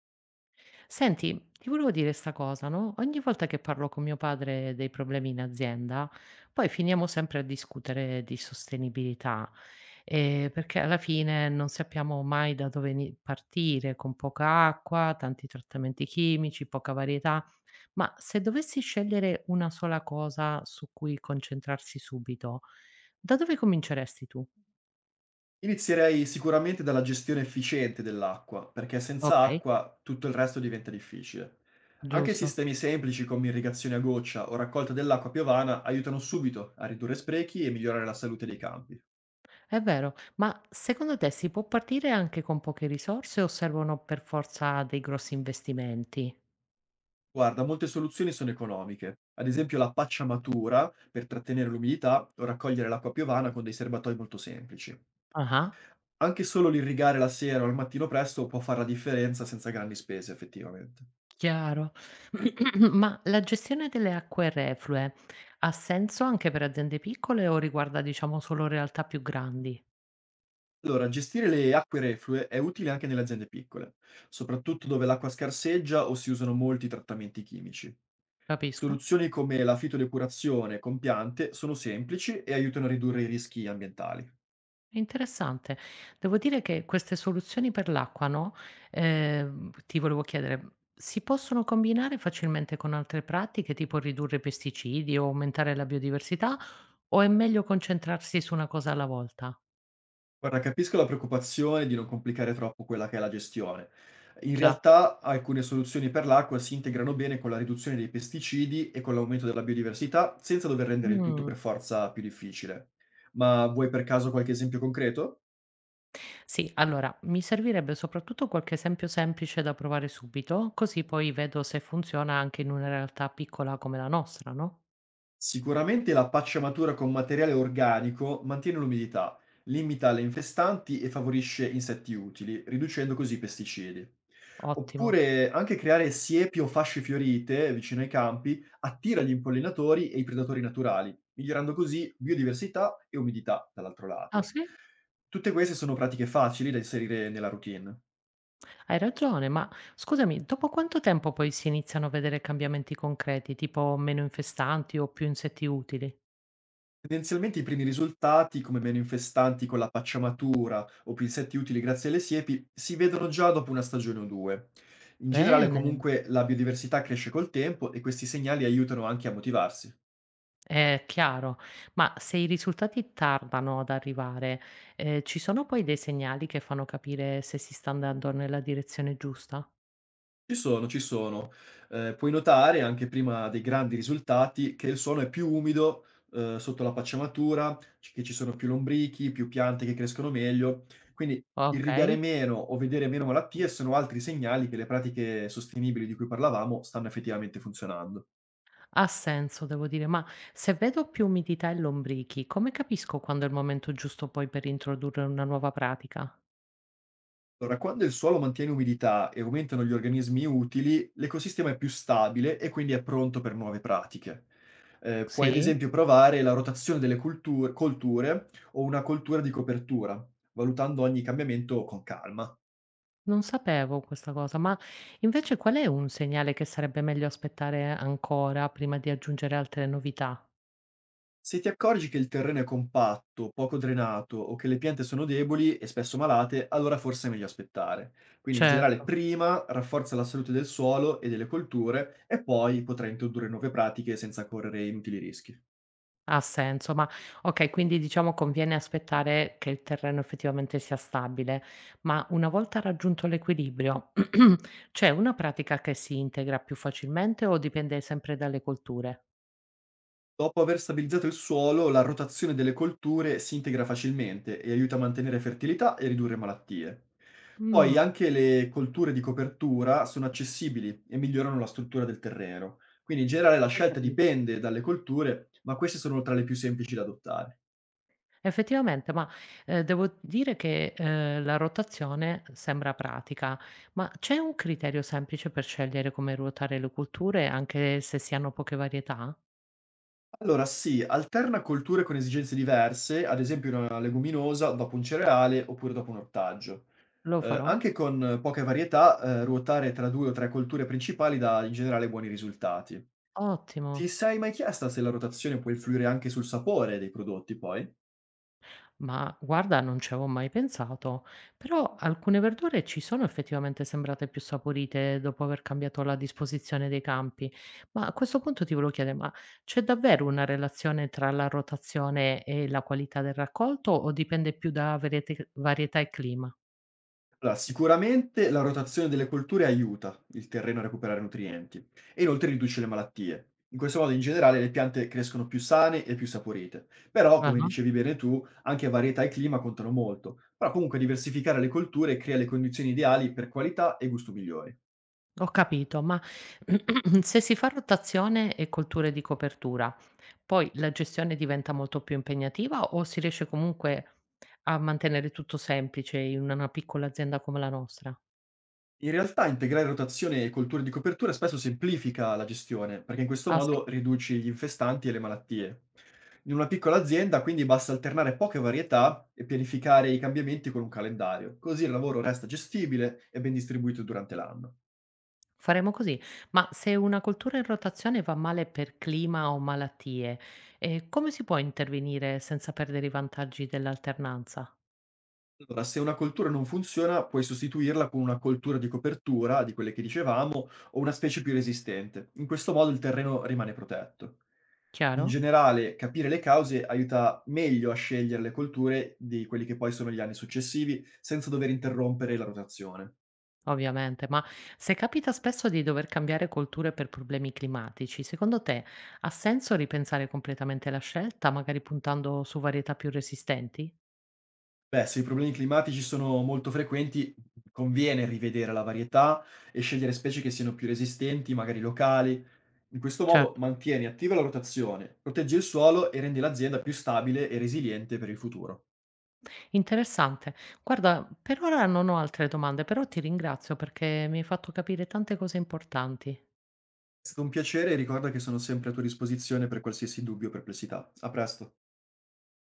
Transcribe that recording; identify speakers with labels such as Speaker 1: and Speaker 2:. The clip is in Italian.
Speaker 1: Senti, ti volevo dire 'sta cosa, no, ogni volta che parlo con mio padre dei problemi in azienda, poi finiamo sempre a discutere di sostenibilità, perché alla fine non sappiamo mai da dove ni partire, con poca acqua, tanti trattamenti chimici, poca varietà. Ma se dovessi scegliere una sola cosa su cui concentrarsi subito, da dove cominceresti tu?
Speaker 2: Inizierei sicuramente dalla gestione efficiente dell'acqua, perché senza
Speaker 1: Okay,
Speaker 2: acqua tutto il resto diventa difficile. Anche
Speaker 1: giusto.
Speaker 2: sistemi semplici come irrigazione a goccia o raccolta dell'acqua piovana aiutano subito a ridurre sprechi e migliorare la salute dei campi.
Speaker 1: È vero, ma secondo te si può partire anche con poche risorse o servono per forza dei grossi investimenti?
Speaker 2: Guarda, molte soluzioni sono economiche, ad esempio la pacciamatura per trattenere l'umidità o raccogliere l'acqua piovana con dei serbatoi molto semplici.
Speaker 1: Ah,
Speaker 2: Anche solo l'irrigare la sera o al mattino presto può fare la differenza senza grandi spese, effettivamente.
Speaker 1: chiaro. Ma la gestione delle acque reflue ha senso anche per aziende piccole o riguarda, diciamo, solo realtà più grandi?
Speaker 2: Allora, gestire le acque reflue è utile anche nelle aziende piccole, soprattutto dove l'acqua scarseggia o si usano molti trattamenti chimici.
Speaker 1: Capisco?
Speaker 2: Soluzioni come la fitodepurazione con piante sono semplici e aiutano a ridurre i rischi ambientali.
Speaker 1: Interessante. Devo dire che queste soluzioni per l'acqua, no? Ti volevo chiedere, si possono combinare facilmente con altre pratiche, tipo ridurre pesticidi o aumentare la biodiversità? O è meglio concentrarsi su una cosa alla volta?
Speaker 2: Guarda, capisco la preoccupazione di non complicare troppo quella che è la gestione. In
Speaker 1: Già.
Speaker 2: realtà alcune soluzioni per l'acqua si integrano bene con la riduzione dei pesticidi e con l'aumento della biodiversità, senza dover rendere il tutto
Speaker 1: Mh,
Speaker 2: per forza più difficile. Ma vuoi per caso qualche esempio concreto?
Speaker 1: sì, allora mi servirebbe soprattutto qualche esempio semplice da provare subito, così poi vedo se funziona anche in una realtà piccola come la nostra, no?
Speaker 2: Sicuramente la pacciamatura con materiale organico mantiene l'umidità, limita le infestanti e favorisce insetti utili, riducendo così i pesticidi.
Speaker 1: Ottimo.
Speaker 2: Oppure anche creare siepi o fasce fiorite vicino ai campi attira gli impollinatori e i predatori naturali, migliorando così biodiversità e umidità dall'altro
Speaker 1: Ah
Speaker 2: lato.
Speaker 1: sì?
Speaker 2: Tutte queste sono pratiche facili da inserire nella routine.
Speaker 1: Hai ragione, ma scusami, dopo quanto tempo poi si iniziano a vedere cambiamenti concreti, tipo meno infestanti o più insetti utili?
Speaker 2: Tendenzialmente i primi risultati, come meno infestanti con la pacciamatura o pinsetti utili grazie alle siepi, si vedono già dopo una stagione o due. In generale,
Speaker 1: Bene.
Speaker 2: comunque, la biodiversità cresce col tempo e questi segnali aiutano anche a motivarsi.
Speaker 1: È chiaro, ma se i risultati tardano ad arrivare, ci sono poi dei segnali che fanno capire se si sta andando nella direzione giusta?
Speaker 2: Ci sono, ci sono. Puoi notare anche prima dei grandi risultati che il suolo è più umido, sotto la pacciamatura, c che ci sono più lombrichi, più piante che crescono meglio. Quindi irrigare
Speaker 1: Okay,
Speaker 2: meno o vedere meno malattie sono altri segnali che le pratiche sostenibili di cui parlavamo stanno effettivamente funzionando.
Speaker 1: ha senso devo dire, ma se vedo più umidità e lombrichi, come capisco quando è il momento giusto poi per introdurre una nuova pratica?
Speaker 2: Allora, quando il suolo mantiene umidità e aumentano gli organismi utili, l'ecosistema è più stabile e quindi è pronto per nuove pratiche. Puoi ad
Speaker 1: Sì?
Speaker 2: esempio provare la rotazione delle colture o una coltura di copertura, valutando ogni cambiamento con calma.
Speaker 1: Non sapevo questa cosa, ma invece qual è un segnale che sarebbe meglio aspettare ancora prima di aggiungere altre novità?
Speaker 2: Se ti accorgi che il terreno è compatto, poco drenato o che le piante sono deboli e spesso malate, allora forse è meglio aspettare. Quindi in generale
Speaker 1: Certo.
Speaker 2: prima rafforza la salute del suolo e delle colture e poi potrai introdurre nuove pratiche senza correre inutili rischi.
Speaker 1: Ha senso, ma okay, quindi diciamo conviene aspettare che il terreno effettivamente sia stabile, ma una volta raggiunto l'equilibrio, c'è una pratica che si integra più facilmente o dipende sempre dalle colture?
Speaker 2: Dopo aver stabilizzato il suolo, la rotazione delle colture si integra facilmente e aiuta a mantenere fertilità e ridurre malattie. Poi
Speaker 1: Mh,
Speaker 2: anche le colture di copertura sono accessibili e migliorano la struttura del terreno. Quindi in generale la
Speaker 1: hai
Speaker 2: scelta
Speaker 1: capi
Speaker 2: dipende dalle colture, ma queste sono tra le più semplici da adottare.
Speaker 1: effettivamente, devo dire che, la rotazione sembra pratica, ma c'è un criterio semplice per scegliere come ruotare le colture anche se si hanno poche varietà?
Speaker 2: Allora sì, alterna colture con esigenze diverse, ad esempio una leguminosa dopo un cereale oppure dopo un ortaggio.
Speaker 1: Lo farò?
Speaker 2: Anche con poche varietà, ruotare tra due o tre colture principali dà in generale buoni risultati.
Speaker 1: Ottimo.
Speaker 2: Ti sei mai chiesta se la rotazione può influire anche sul sapore dei prodotti poi?
Speaker 1: Ma guarda, non ci avevo mai pensato, però alcune verdure ci sono effettivamente sembrate più saporite dopo aver cambiato la disposizione dei campi. Ma a questo punto ti volevo chiedere, ma c'è davvero una relazione tra la rotazione e la qualità del raccolto o dipende più da varietà e clima?
Speaker 2: Allora, sicuramente la rotazione delle colture aiuta il terreno a recuperare nutrienti e inoltre riduce le malattie. In questo modo, in generale, le piante crescono più sane e più saporite. Però,
Speaker 1: Ah,
Speaker 2: come dicevi bene tu, anche varietà e clima contano molto. Però comunque diversificare le colture crea le condizioni ideali per qualità e gusto migliori.
Speaker 1: ho capito, ma se si fa rotazione e colture di copertura, poi la gestione diventa molto più impegnativa o si riesce comunque a mantenere tutto semplice in una piccola azienda come la nostra?
Speaker 2: In realtà integrare rotazione e colture di copertura spesso semplifica la gestione, perché in questo
Speaker 1: Ah sì?
Speaker 2: modo riduci gli infestanti e le malattie. In una piccola azienda quindi basta alternare poche varietà e pianificare i cambiamenti con un calendario, così il lavoro resta gestibile e ben distribuito durante l'anno.
Speaker 1: Faremo così. Ma se una coltura in rotazione va male per clima o malattie, come si può intervenire senza perdere i vantaggi dell'alternanza?
Speaker 2: Allora, se una coltura non funziona, puoi sostituirla con una coltura di copertura, di quelle che dicevamo, o una specie più resistente. In questo modo il terreno rimane protetto. In
Speaker 1: Chiaro?
Speaker 2: generale, capire le cause aiuta meglio a scegliere le colture di quelli che poi sono gli anni successivi, senza dover interrompere la rotazione.
Speaker 1: Ovviamente, ma se capita spesso di dover cambiare colture per problemi climatici, secondo te ha senso ripensare completamente la scelta, magari puntando su varietà più resistenti?
Speaker 2: Beh, se i problemi climatici sono molto frequenti, conviene rivedere la varietà e scegliere specie che siano più resistenti, magari locali. In questo modo
Speaker 1: Certo.
Speaker 2: mantieni attiva la rotazione, proteggi il suolo e rendi l'azienda più stabile e resiliente per il futuro.
Speaker 1: Interessante. Guarda, per ora non ho altre domande, però ti ringrazio perché mi hai fatto capire tante cose importanti.
Speaker 2: È stato un piacere e ricorda che sono sempre a tua disposizione per qualsiasi dubbio o perplessità. A presto.